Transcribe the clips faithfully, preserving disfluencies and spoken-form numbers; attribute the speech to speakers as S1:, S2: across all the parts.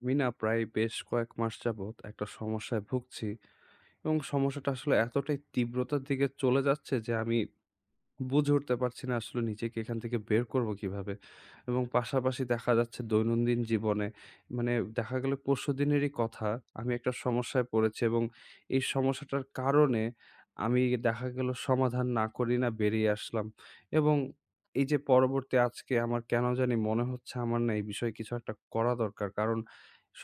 S1: আমি না প্রায় বেশ কয়েক মাস যাবৎ একটা সমস্যায় ভুগছি, এবং সমস্যাটা আসলে এতটাই তীব্রতার দিকে চলে যাচ্ছে যে আমি বুঝে উঠতে পারছি না আসলে নিজেকে এখান থেকে বের করবো কিভাবে? এবং পাশাপাশি দেখা যাচ্ছে দৈনন্দিন জীবনে, মানে, দেখা গেল পরশুদিনেরই কথা, আমি একটা সমস্যায় পড়েছি, এবং এই সমস্যাটার কারণে আমি দেখা গেল সমাধান না করেই না বেরিয়ে আসলাম। এবং এই যে পরবর্তী আজকে আমার কেন জানি মনে হচ্ছে আমার না এই বিষয়ে কিছু একটা করা দরকার। কারণ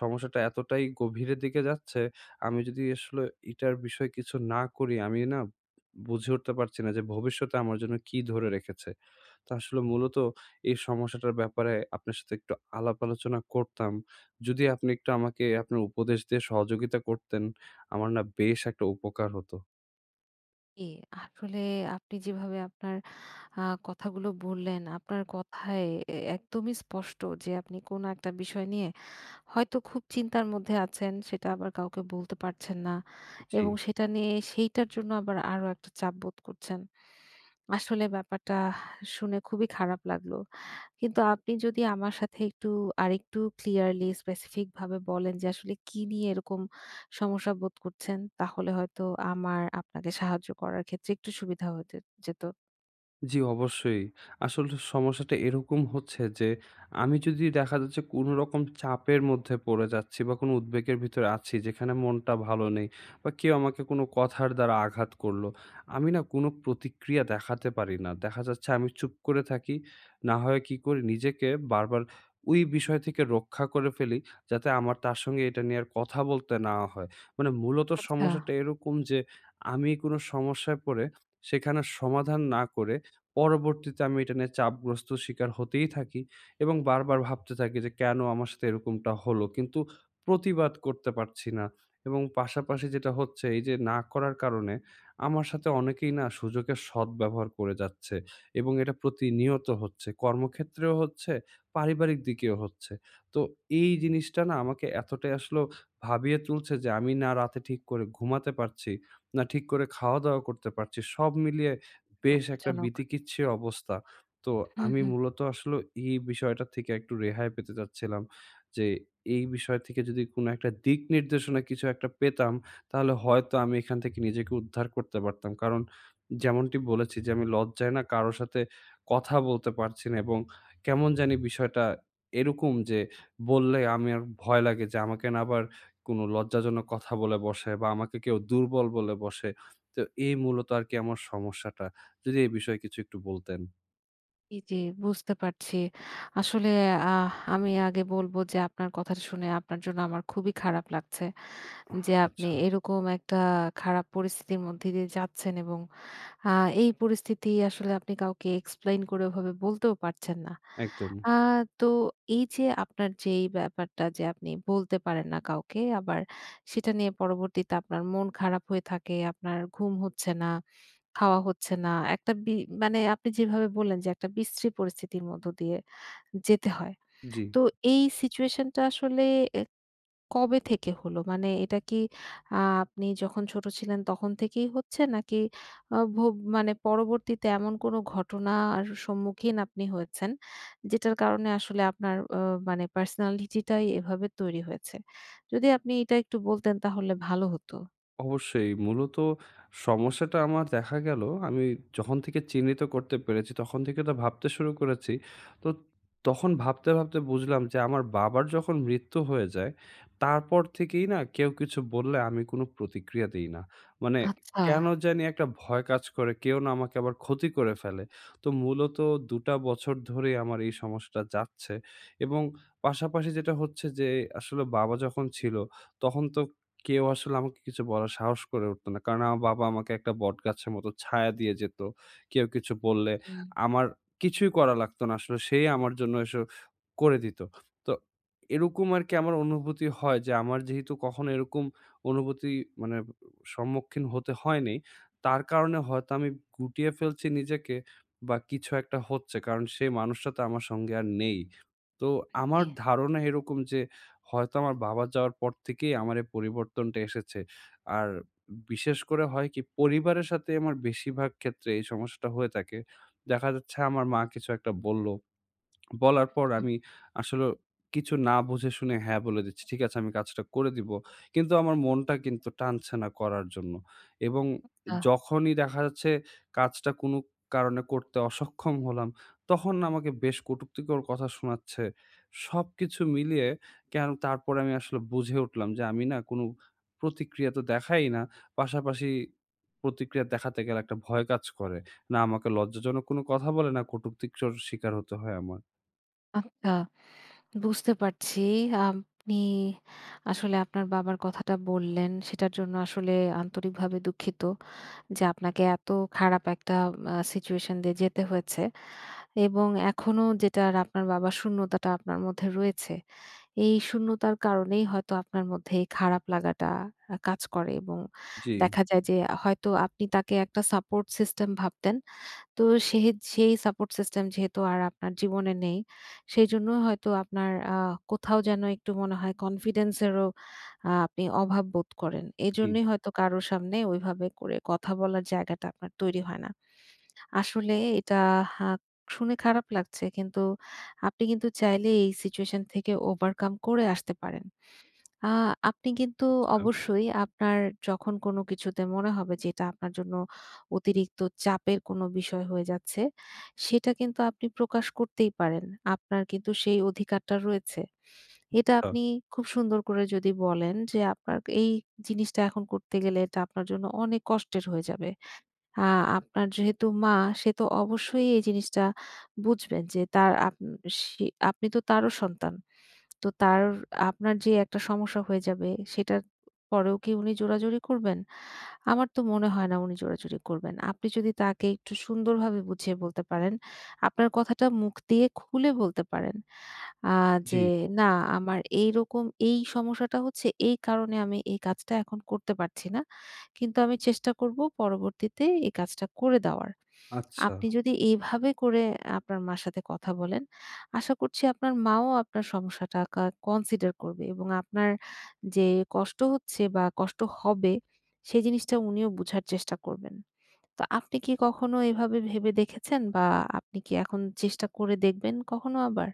S1: সমস্যাটা এতটাই গভীরের দিকে যাচ্ছে, আমি যদি আসলে এটার বিষয়ে কিছু না করি, আমি না বুঝে উঠতে পারছি না যে ভবিষ্যতে আমার জন্য কি ধরে রেখেছে। তো আসলে মূলত এই সমস্যাটার ব্যাপারে আপনার সাথে একটু আলাপ আলোচনা করতাম। যদি আপনি একটু আমাকে আপনার উপদেশ দিয়ে সহযোগিতা করতেন, আমার না বেশ একটা উপকার হতো।
S2: জি, আসলে আপনি যেভাবে আপনার আ কথাগুলো বললেন, আপনার কথায় এ একদমই স্পষ্ট যে আপনি কোন একটা বিষয় নিয়ে হয়তো খুব চিন্তার মধ্যে আছেন, সেটা আবার কাউকে বলতে পারছেন না
S1: জি।
S2: এবং সেটা নিয়ে সেইটার জন্য আবার আরো একটা চাপ বোধ করছেন। আসলে ব্যাপারটা শুনে খুবই খারাপ লাগলো। কিন্তু আপনি যদি আমার সাথে একটু আরেকটু ক্লিয়ারলি স্পেসিফিক ভাবে বলেন যে আসলে কি নিয়ে এরকম সমস্যা বোধ করছেন, তাহলে হয়তো আমার আপনাকে সাহায্য করার ক্ষেত্রে একটু সুবিধা হতে যেত।
S1: জি, অবশ্যই। আসলে সমস্যাটা এরকম হচ্ছে যে, আমি যদি দেখা যাচ্ছে কোনো রকম চাপের মধ্যে পড়ে যাচ্ছি বা কোনো উদ্বেগের ভিতরে আছি যেখানে মনটা ভালো নেই, বা কেউ আমাকে কোনো কথার দ্বারা আঘাত করলো, আমি না কোনো প্রতিক্রিয়া দেখাতে পারি না। দেখা যাচ্ছে আমি চুপ করে থাকি। না হয় কি করি, নিজেকে বারবার ওই বিষয় থেকে রক্ষা করে ফেলি, যাতে আমার তার সঙ্গে এটা নিয়ে আর কথা বলতে না হয়। মানে মূলত
S2: আচ্ছা।
S1: সমস্যাটা এরকম যে, আমি কোনো সমস্যায় পড়ে সেখানে সমাধান না করে পরবর্তীতে আমি এটা নিয়ে চাপগ্রস্ত শিকার হতেই থাকি, এবং বারবার ভাবতে থাকি যে কেন আমার সাথে এরকমটা হলো, কিন্তু প্রতিবাদ করতে পারছি না। এবং পাশাপাশি যেটা হচ্ছে, এই যে না করার কারণে আমার সাথে অনেকেই না সুযোগের সদ্ব্যবহার করে যাচ্ছে, এবং এটা প্রতিনিয়ত হচ্ছে, কর্মক্ষেত্রেও হচ্ছে, পারিবারিক দিকেও হচ্ছে। তো এই জিনিসটা না আমাকে এতটাই আসলে ভাবিয়ে তুলছে যে আমি না রাতে ঠিক করে ঘুমাতে পারছি, না ঠিক করে খাওয়া দাওয়া করতে পারছি, সব মিলিয়ে বেশ একটা
S2: দুঃখজনক।
S1: বিতিকিচ্ছির অবস্থা। তো
S2: হু,
S1: আমি
S2: হু।
S1: মূলত আসলে এই বিষয়টা থেকে একটু রেহাই পেতে চাচ্ছিলাম। যে এই বিষয় থেকে যদি কোনো একটা দিক নির্দেশনা কিছু একটা পেতাম, তাহলে হয়তো আমি এখান থেকে নিজেকে উদ্ধার করতে পারতাম। কারণ যেমনটি বলেছি যে আমি লজ্জায় না কারো সাথে কথা বলতে পারছি না, এবং কেমন জানি বিষয়টা এরকম যে বললে আমার ভয় লাগে যে আমাকে না আবার কোনো লজ্জাজনক কথা বলে বসে, বা আমাকে কেউ দুর্বল বলে বসে। তো এই মূলত আরকি আমার সমস্যাটা। যদি এই বিষয়ে কিছু একটু বলতেন?
S2: জি, জি, বুঝতে পারছি। আসলে আহ আমি আগে বলবো যে আপনার কথা শুনে আপনার জন্য আমার খুবই খারাপ লাগছে। যে আপনি
S1: আচ্ছা,
S2: এরকম একটা খারাপ পরিস্থিতির মধ্যে দিয়ে যাচ্ছেন এবং আ এই পরিস্থিতি আসলে আপনি কাউকে এক্সপ্লেইন করে ওভাবে বলতেও পারছেন না।
S1: একদম।
S2: আ তো এই যে আপনার যে এই ব্যাপারটা যে আপনি বলতে পারেন না কাউকে, আবার সেটা নিয়ে পরবর্তীতে আপনার মন খারাপ হয়ে থাকে, আপনার ঘুম হচ্ছে না। খাওয়া হচ্ছে না। একটা বি মানে আপনি যেভাবে বললেন যে একটা বিশ্রী পরিস্থিতির মধ্য দিয়ে যেতে হয়।
S1: জি।
S2: তো এই সিচুয়েশন টা আসলে এ কবে থেকে হলো? মানে এটা কি আ আপনি যখন ছোট ছিলেন তখন থেকেই হচ্ছে? নাকি আ ভব মানে পরবর্তীতে এমন কোনো ঘটনার সম্মুখীন আপনি হয়েছেন, যেটার কারণে আসলে আপনার অ মানে পার্সোনালিটি টাই এভাবে তৈরি হয়েছে? যদি আপনি এটা একটু বলতেন তাহলে ভালো হতো।
S1: অবশ্যই। মূলত সমস্যাটা আমার দেখা গেল, আমি যখন থেকে চিহ্নিত করতে পেরেছি তখন থেকে তো ভাবতে শুরু করেছি। তো তখন ভাবতে, ভাবতে বুঝলাম যে আমার বাবার যখন মৃত্যু হয়ে যায়, তারপর থেকেই না কেউ কিছু বললে আমি কোনো প্রতিক্রিয়া দেই না। মানে
S2: আচ্ছা।
S1: কেন জানি একটা ভয় কাজ করে, কেউ না আমাকে আবার ক্ষতি করে ফেলে। তো মূলত দুই টা বছর ধরেই আমার এই সমস্যাটা যাচ্ছে, এবং পাশাপাশি যেটা হচ্ছে যে আসলে বাবা যখন ছিল তখন তো কেউ আসলে আমাকে কিছু বলার সাহস করে উঠত না। কারণ আমার বাবা আমাকে একটা বটগাছের মতো ছায়া দিয়ে যেত। কেউ কিছু বললে
S2: হুম।
S1: আমার কিছুই করা লাগতো না। আসলে সেই আমার জন্য এসব করে দিত। তো এরকম আরকি আমার অনুভূতি হয় যে, আমার যেহেতু কখনো এরকম অনুভূতি, মানে সম্মুখীন হতে হয়নি, তার কারণে হয়তো আমি গুটিয়ে ফেলছি নিজেকে বা কিছু একটা হচ্ছে। কারণ সেই মানুষটা তো আমার সঙ্গে আর নেই। তো আমার
S2: জি।
S1: ধারণা এরকম যে হয়তো আমার বাবা যাওয়ার পর থেকেই আমার এই পরিবর্তনটা এসেছে। আর বিশেষ করে হয় কি, পরিবারের সাথে আমার বেশিরভাগ ক্ষেত্রে এই সমস্যাটা হয়ে থাকে। দেখা যাচ্ছে আমার মা কিছু একটা বলল, বলার পর আমি আসলেও কিছু না বুঝে শুনে হ্যাঁ বলে দিচ্ছি। ঠিক আছে, আমি কাজটা করে দিব। কিন্তু আমার মনটা কিন্তু টানছে না করার জন্য। এবং
S2: আ
S1: যখনই দেখা যাচ্ছে কাজটা কোনো কারণে করতে অসক্ষম হলাম, তখন না আমাকে বেশ কটুক্তিকর কথা শোনাচ্ছে। সবকিছু মিলিয়ে কেন তারপরে আমি আসলে বুঝে উঠলাম যে আমি না কোনো প্রতিক্রিয়া তো দেখাই না। পাশাপাশি প্রতিক্রিয়া দেখাতে গেলে একটা ভয় কাজ করে, না আমাকে লজ্জাজনক কোনো কথা বলে, না কটুক্তিকর শিকার হতে হয় আমার।
S2: আচ্ছা। বুঝতে পারছি। আপনি আসলে আপনার বাবার কথাটা বললেন। সেটার জন্য আসলে আন্তরিকভাবে দুঃখিত যে আপনাকে এত খারাপ একটা আ সিচুয়েশন দিয়ে যেতে হয়েছে। এবং এখনো যেটার আপনার বাবার শূন্যতাটা আপনার মধ্যে রয়েছে। এই শূন্যতার কারণেই হয়তো আপনার মধ্যে এই খারাপ লাগাটা আ কাজ করে এবং
S1: জি,
S2: দেখা যায় যে হয়তো আপনি তাকে একটা সাপোর্ট সিস্টেম ভাবতেন। তো সে সেই সাপোর্ট সিস্টেম যেহেতু আর আপনার জীবনে নেই, সেজন্য হয়তো আপনার আ কোথাও যেন একটু মনে হয় কনফিডেন্স এরও আ আপনি অভাব বোধ করেন।
S1: জি।
S2: এজন্যই হয়তো কারো সামনে ওইভাবে করে কথা বলার জায়গাটা আপনার তৈরি হয় না। আসলে এটা হা শুনে খারাপ লাগছে কিন্তু আপনি কিন্তু চাইলে এই সিচুয়েশন থেকে ওভারকাম করে আসতে পারেন। আ আপনি কিন্তু
S1: আচ্ছা,
S2: অবশ্যই আপনার যখন কোনো কিছুতে মনে হবে যে এটা আপনার জন্য অতিরিক্ত চাপের কোনো বিষয় হয়ে যাচ্ছে, সেটা কিন্তু আপনি প্রকাশ করতেই পারেন। আপনার কিন্তু সেই অধিকারটা রয়েছে। এটা
S1: আচ্ছা।
S2: আপনি খুব সুন্দর করে যদি বলেন যে আপনার এই জিনিসটা এখন করতে গেলে এটা আপনার জন্য অনেক কষ্টের হয়ে যাবে। আ আপনার যেহেতু মা সে তো অবশ্যই এই জিনিসটা বুঝবেন যে তার আপ সে আপনি তো তারও সন্তান। তো তার আপনার যে একটা সমস্যা হয়ে যাবে, সেটার পরেও কি উনি জোরাজুরি করবেন? আমার তো মনে হয় না উনি জোরাজুরি করবেন। আপনি যদি তাকে একটু সুন্দরভাবে বুঝিয়ে বলতে পারেন, আপনার কথাটা মুখ দিয়ে খুলে বলতে পারেন। আ
S1: জি,
S2: যে না আমার এইরকম এই সমস্যাটা হচ্ছে এই কারণে আমি এই কাজটা এখন করতে পারছি না। কিন্তু আমি চেষ্টা করব পরবর্তীতে এই কাজটা করে দেওয়ার।
S1: আচ্ছা।
S2: আপনি যদি এইভাবে করে আপনার মার সাথে কথা বলেন, আশা করছি আপনার মাও আপনার সমস্যাটা কা কনসিডার করবে এবং আপনার যে কষ্ট হচ্ছে বা কষ্ট হবে সেই জিনিসটা উনিও বুঝার চেষ্টা করবেন। তো আপনি কি কখনো এভাবে ভেবে দেখেছেন? বা আপনি কি এখন চেষ্টা করে দেখবেন কখনো আবার?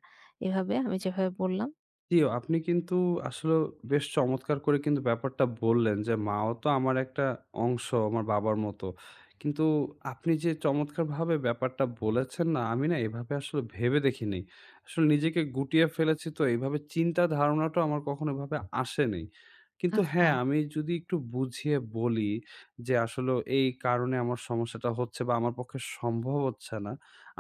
S2: এভাবে আমি যেভাবে বললাম?
S1: জি, আপনি কিন্তু আসলে বেশ চমৎকার করে কিন্তু ব্যাপারটা বললেন যে, মাও তো আমার একটা অংশ, আমার বাবার মতো। কিন্তু আপনি যে চমৎকারভাবে ব্যাপারটা বলেছেন না, আমি না এভাবে আসলে ভেবে দেখিনি। আসলে নিজেকে গুটিয়ে ফেলেছি তো এভাবে চিন্তা ধারণাটাও আমার কখনো এভাবে আসেনি। কিন্তু
S2: আচ্ছা,
S1: হ্যাঁ, আমি যদি একটু বুঝিয়ে বলি যে, আসলে এই কারণে আমার সমস্যাটা হচ্ছে বা আমার পক্ষে সম্ভব হচ্ছে না।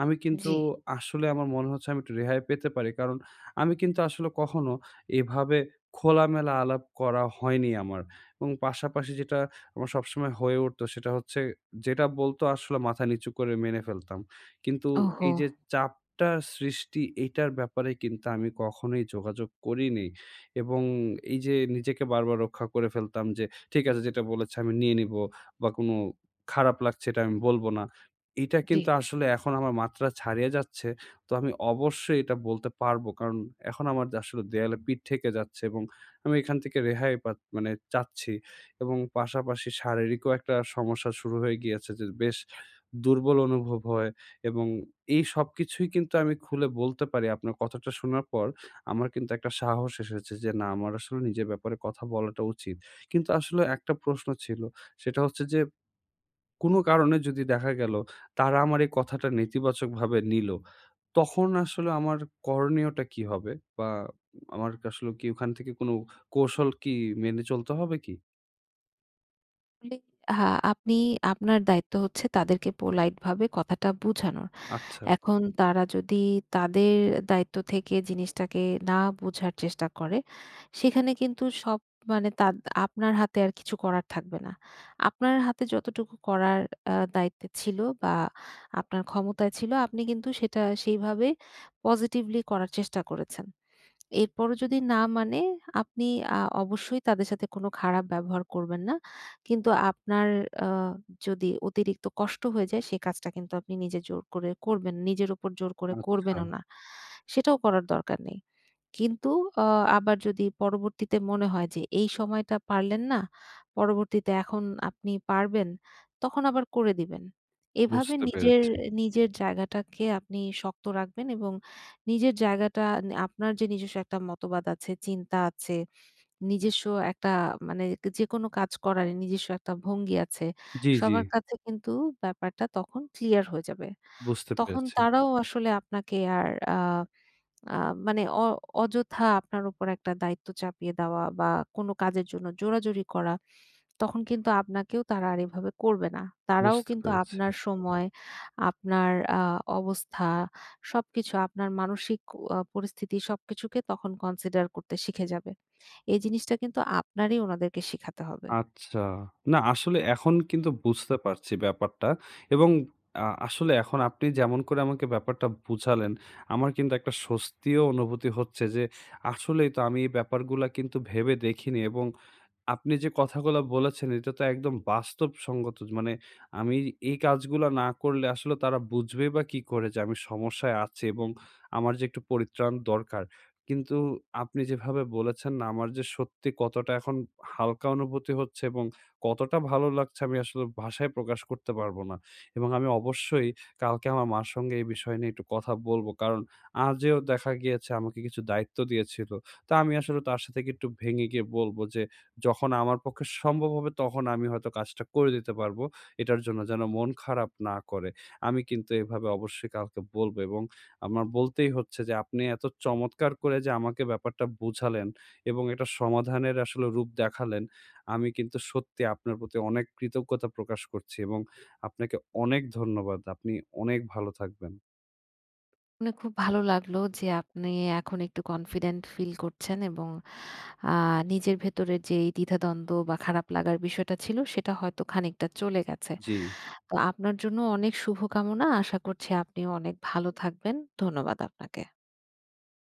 S1: আমি কিন্তু
S2: জি।
S1: আসলে আমার মনে হচ্ছে আমি একটু রেহাই পেতে পারি। কারণ আমি কিন্তু আসলে কখনো এভাবে খোলামেলা আলাপ করা হয়নি আমার। এবং পাশাপাশি যেটা আমার সবসময় হয়ে উঠতো সেটা হচ্ছে, যেটা বলতো আসলে মাথা নিচু করে মেনে ফেলতাম। কিন্তু
S2: ওহো!
S1: এই যে চাপটা সৃষ্টি, এইটার ব্যাপারে কিন্তু আমি কখনোই যোগাযোগ করিনি। এবং এই যে নিজেকে বারবার রক্ষা করে ফেলতাম যে, ঠিক আছে যেটা বলেছে আমি নিয়ে নিবো, বা কোনো খারাপ লাগছে এটা আমি বলব না। এটা
S2: জি।
S1: কিন্তু আসলে এখন আমার মাত্রা ছাড়িয়ে যাচ্ছে। তো আমি অবশ্যই এটা বলতে পারবো। কারণ এখন আমার যে আসলে দেয়ালে পিঠ ঠেকে যাচ্ছে, এবং আমি এখান থেকে রেহাই পা মানে চাচ্ছি, এবং পাশাপাশি শারীরিকও একটা সমস্যা শুরু হয়ে গিয়েছে যে বেশ দুর্বল অনুভব হয়, এবং এই সবকিছুই কিন্তু আমি খুলে বলতে পারি। আপনার কথাটা শোনার পর আমার কিন্তু একটা সাহস এসেছে যে, না, আমার আসলে নিজের ব্যাপারে কথা বলাটা উচিত। কিন্তু আসলে একটা প্রশ্ন ছিল। সেটা হচ্ছে যে, কোনো কারণে যদি দেখা গেল তারা আমার এই কথাটা নেতিবাচকভাবে নিল, তখন আসলে আমার করণীয়টা কি হবে? বা আমার আসলে কি ওখান থেকে কোনো কৌশল কি মেনে চলতে হবে কি?
S2: আসলে, হ্যাঁ, আপনি আপনার দায়িত্ব হচ্ছে তাদেরকে পোলাইট ভাবে কথাটা বুঝানোর।
S1: আচ্ছা,
S2: এখন তারা যদি তাদের দায়িত্ব থেকে জিনিসটাকে না বোঝার চেষ্টা করে, সেখানে কিন্তু সব মানে তাদ আপনার হাতে আর কিছু করার থাকবে না। আপনার হাতে যতটুকু করার আ দায়িত্বে ছিল বা আপনার ক্ষমতায় ছিল, আপনি কিন্তু সেটা সেইভাবে পজিটিভলি করার চেষ্টা করেছেন। এরপরও যদি না মানে আপনি আ অবশ্যই তাদের সাথে কোনো খারাপ ব্যবহার করবেন না। কিন্তু আপনার আ যদি অতিরিক্ত কষ্ট হয়ে যায় সে কাজটা কিন্তু আপনি নিজে জোর করে করবেন নিজের উপর জোর করে
S1: আচ্ছা,
S2: করবেনও না। সেটাও করার দরকার নেই। কিন্তু আ আবার যদি পরবর্তীতে মনে হয় যে এই সময়টা পারলেন না, পরবর্তীতে এখন আপনি পারবেন, তখন আবার করে দিবেন। এভাবে
S1: বুঝতে
S2: নিজের,
S1: পেরেছি।
S2: নিজের জায়গাটাকে আপনি শক্ত রাখবেন এবং নিজের জায়গাটা নে আপনার যে নিজস্ব একটা মতবাদ আছে, চিন্তা আছে, নিজস্ব একটা মানে যেকোনো কাজ করার নিজস্ব একটা ভঙ্গি আছে।
S1: জি, জি,
S2: সবার কাছে কিন্তু ব্যাপারটা তখন ক্লিয়ার হয়ে যাবে।
S1: বুঝতে
S2: তখন
S1: পেরেছি,
S2: তারাও আসলে আপনাকে আর আ আ মানে অ অযথা আপনার উপর একটা দায়িত্ব চাপিয়ে দেওয়া বা কোন কাজের জন্য জোরাজুরি করা, তখন কিন্তু আপনাকেও তারা আর এভাবে করবে না। তারাও
S1: বুঝতে
S2: কিন্তু
S1: পেরেছি।
S2: আপনার সময়, আপনার আ অবস্থা সবকিছু আপনার মানসিক আ পরিস্থিতি সবকিছুকে তখন কনসিডার করতে শিখে যাবে। এই জিনিসটা কিন্তু আপনারই উনাদেরকে শিখাতে হবে।
S1: আচ্ছা। না, আসলে এখন কিন্তু বুঝতে পারছি ব্যাপারটা, এবং আ আসলে এখন আপনি যেমন করে আমাকে ব্যাপারটা বুঝালেন, আমার কিন্তু একটা স্বস্তিও অনুভূতি হচ্ছে যে আসলেই তো আমি এই ব্যাপারগুলা কিন্তু ভেবে দেখিনি, এবং আপনি যে কথাগুলা বলেছেন এটা তো একদম বাস্তবসঙ্গত। মানে আমি এই কাজগুলা না করলে আসলে তারা বুঝবেই বা কি করে যে আমি সমস্যায় আছি, এবং আমার যে একটু পরিত্রাণ দরকার। কিন্তু আপনি যেভাবে বলেছেন না, আমার যে সত্যি কতটা এখন হালকা অনুভূতি হচ্ছে, এবং কতটা ভালো লাগছে আমি আসলে ভাষায় প্রকাশ করতে পারব না। এবং আমি অবশ্যই কালকে আমার মার সঙ্গে এই বিষয় নিয়ে একটু কথা বলব। কারণ আজও দেখা গিয়েছে আমাকে কিছু দায়িত্ব দিয়েছিল। তা আমি আসলে তার সাথে কি একটু ভেঙে গিয়ে বলব যে, যখন আমার পক্ষে সম্ভব হবে তখন আমি হয়তো কাজটা করে দিতে পারবো। এটার জন্য যেন মন খারাপ না করে। আমি কিন্তু এভাবে অবশ্যই কাউকে বলবো, এবং আমার বলতেই হচ্ছে যে আপনি এত চমৎকার করে যে আমাকে ব্যাপারটা বুঝালেন, এবং এটা সমাধানের আসলে রূপ দেখালেন। আমি কিন্তু সত্যি আপনার প্রতি অনেক কৃতজ্ঞতা প্রকাশ করছি, এবং আপনাকে অনেক ধন্যবাদ। আপনি অনেক ভালো থাকবেন।
S2: শুনে খুব ভালো লাগলো যে আপনি এখন একটু কনফিডেন্ট ফিল করছেন এবং আ নিজের ভেতরে যেই দ্বিধাদ্বন্দ্ব বা খারাপ লাগার বিষয়টা ছিল সেটা হয়তো খানিকটা চলে গেছে।
S1: জি।
S2: তো আপনার জন্য অনেক শুভকামনা। আশা করছি আপনিও অনেক ভালো থাকবেন। ধন্যবাদ আপনাকে।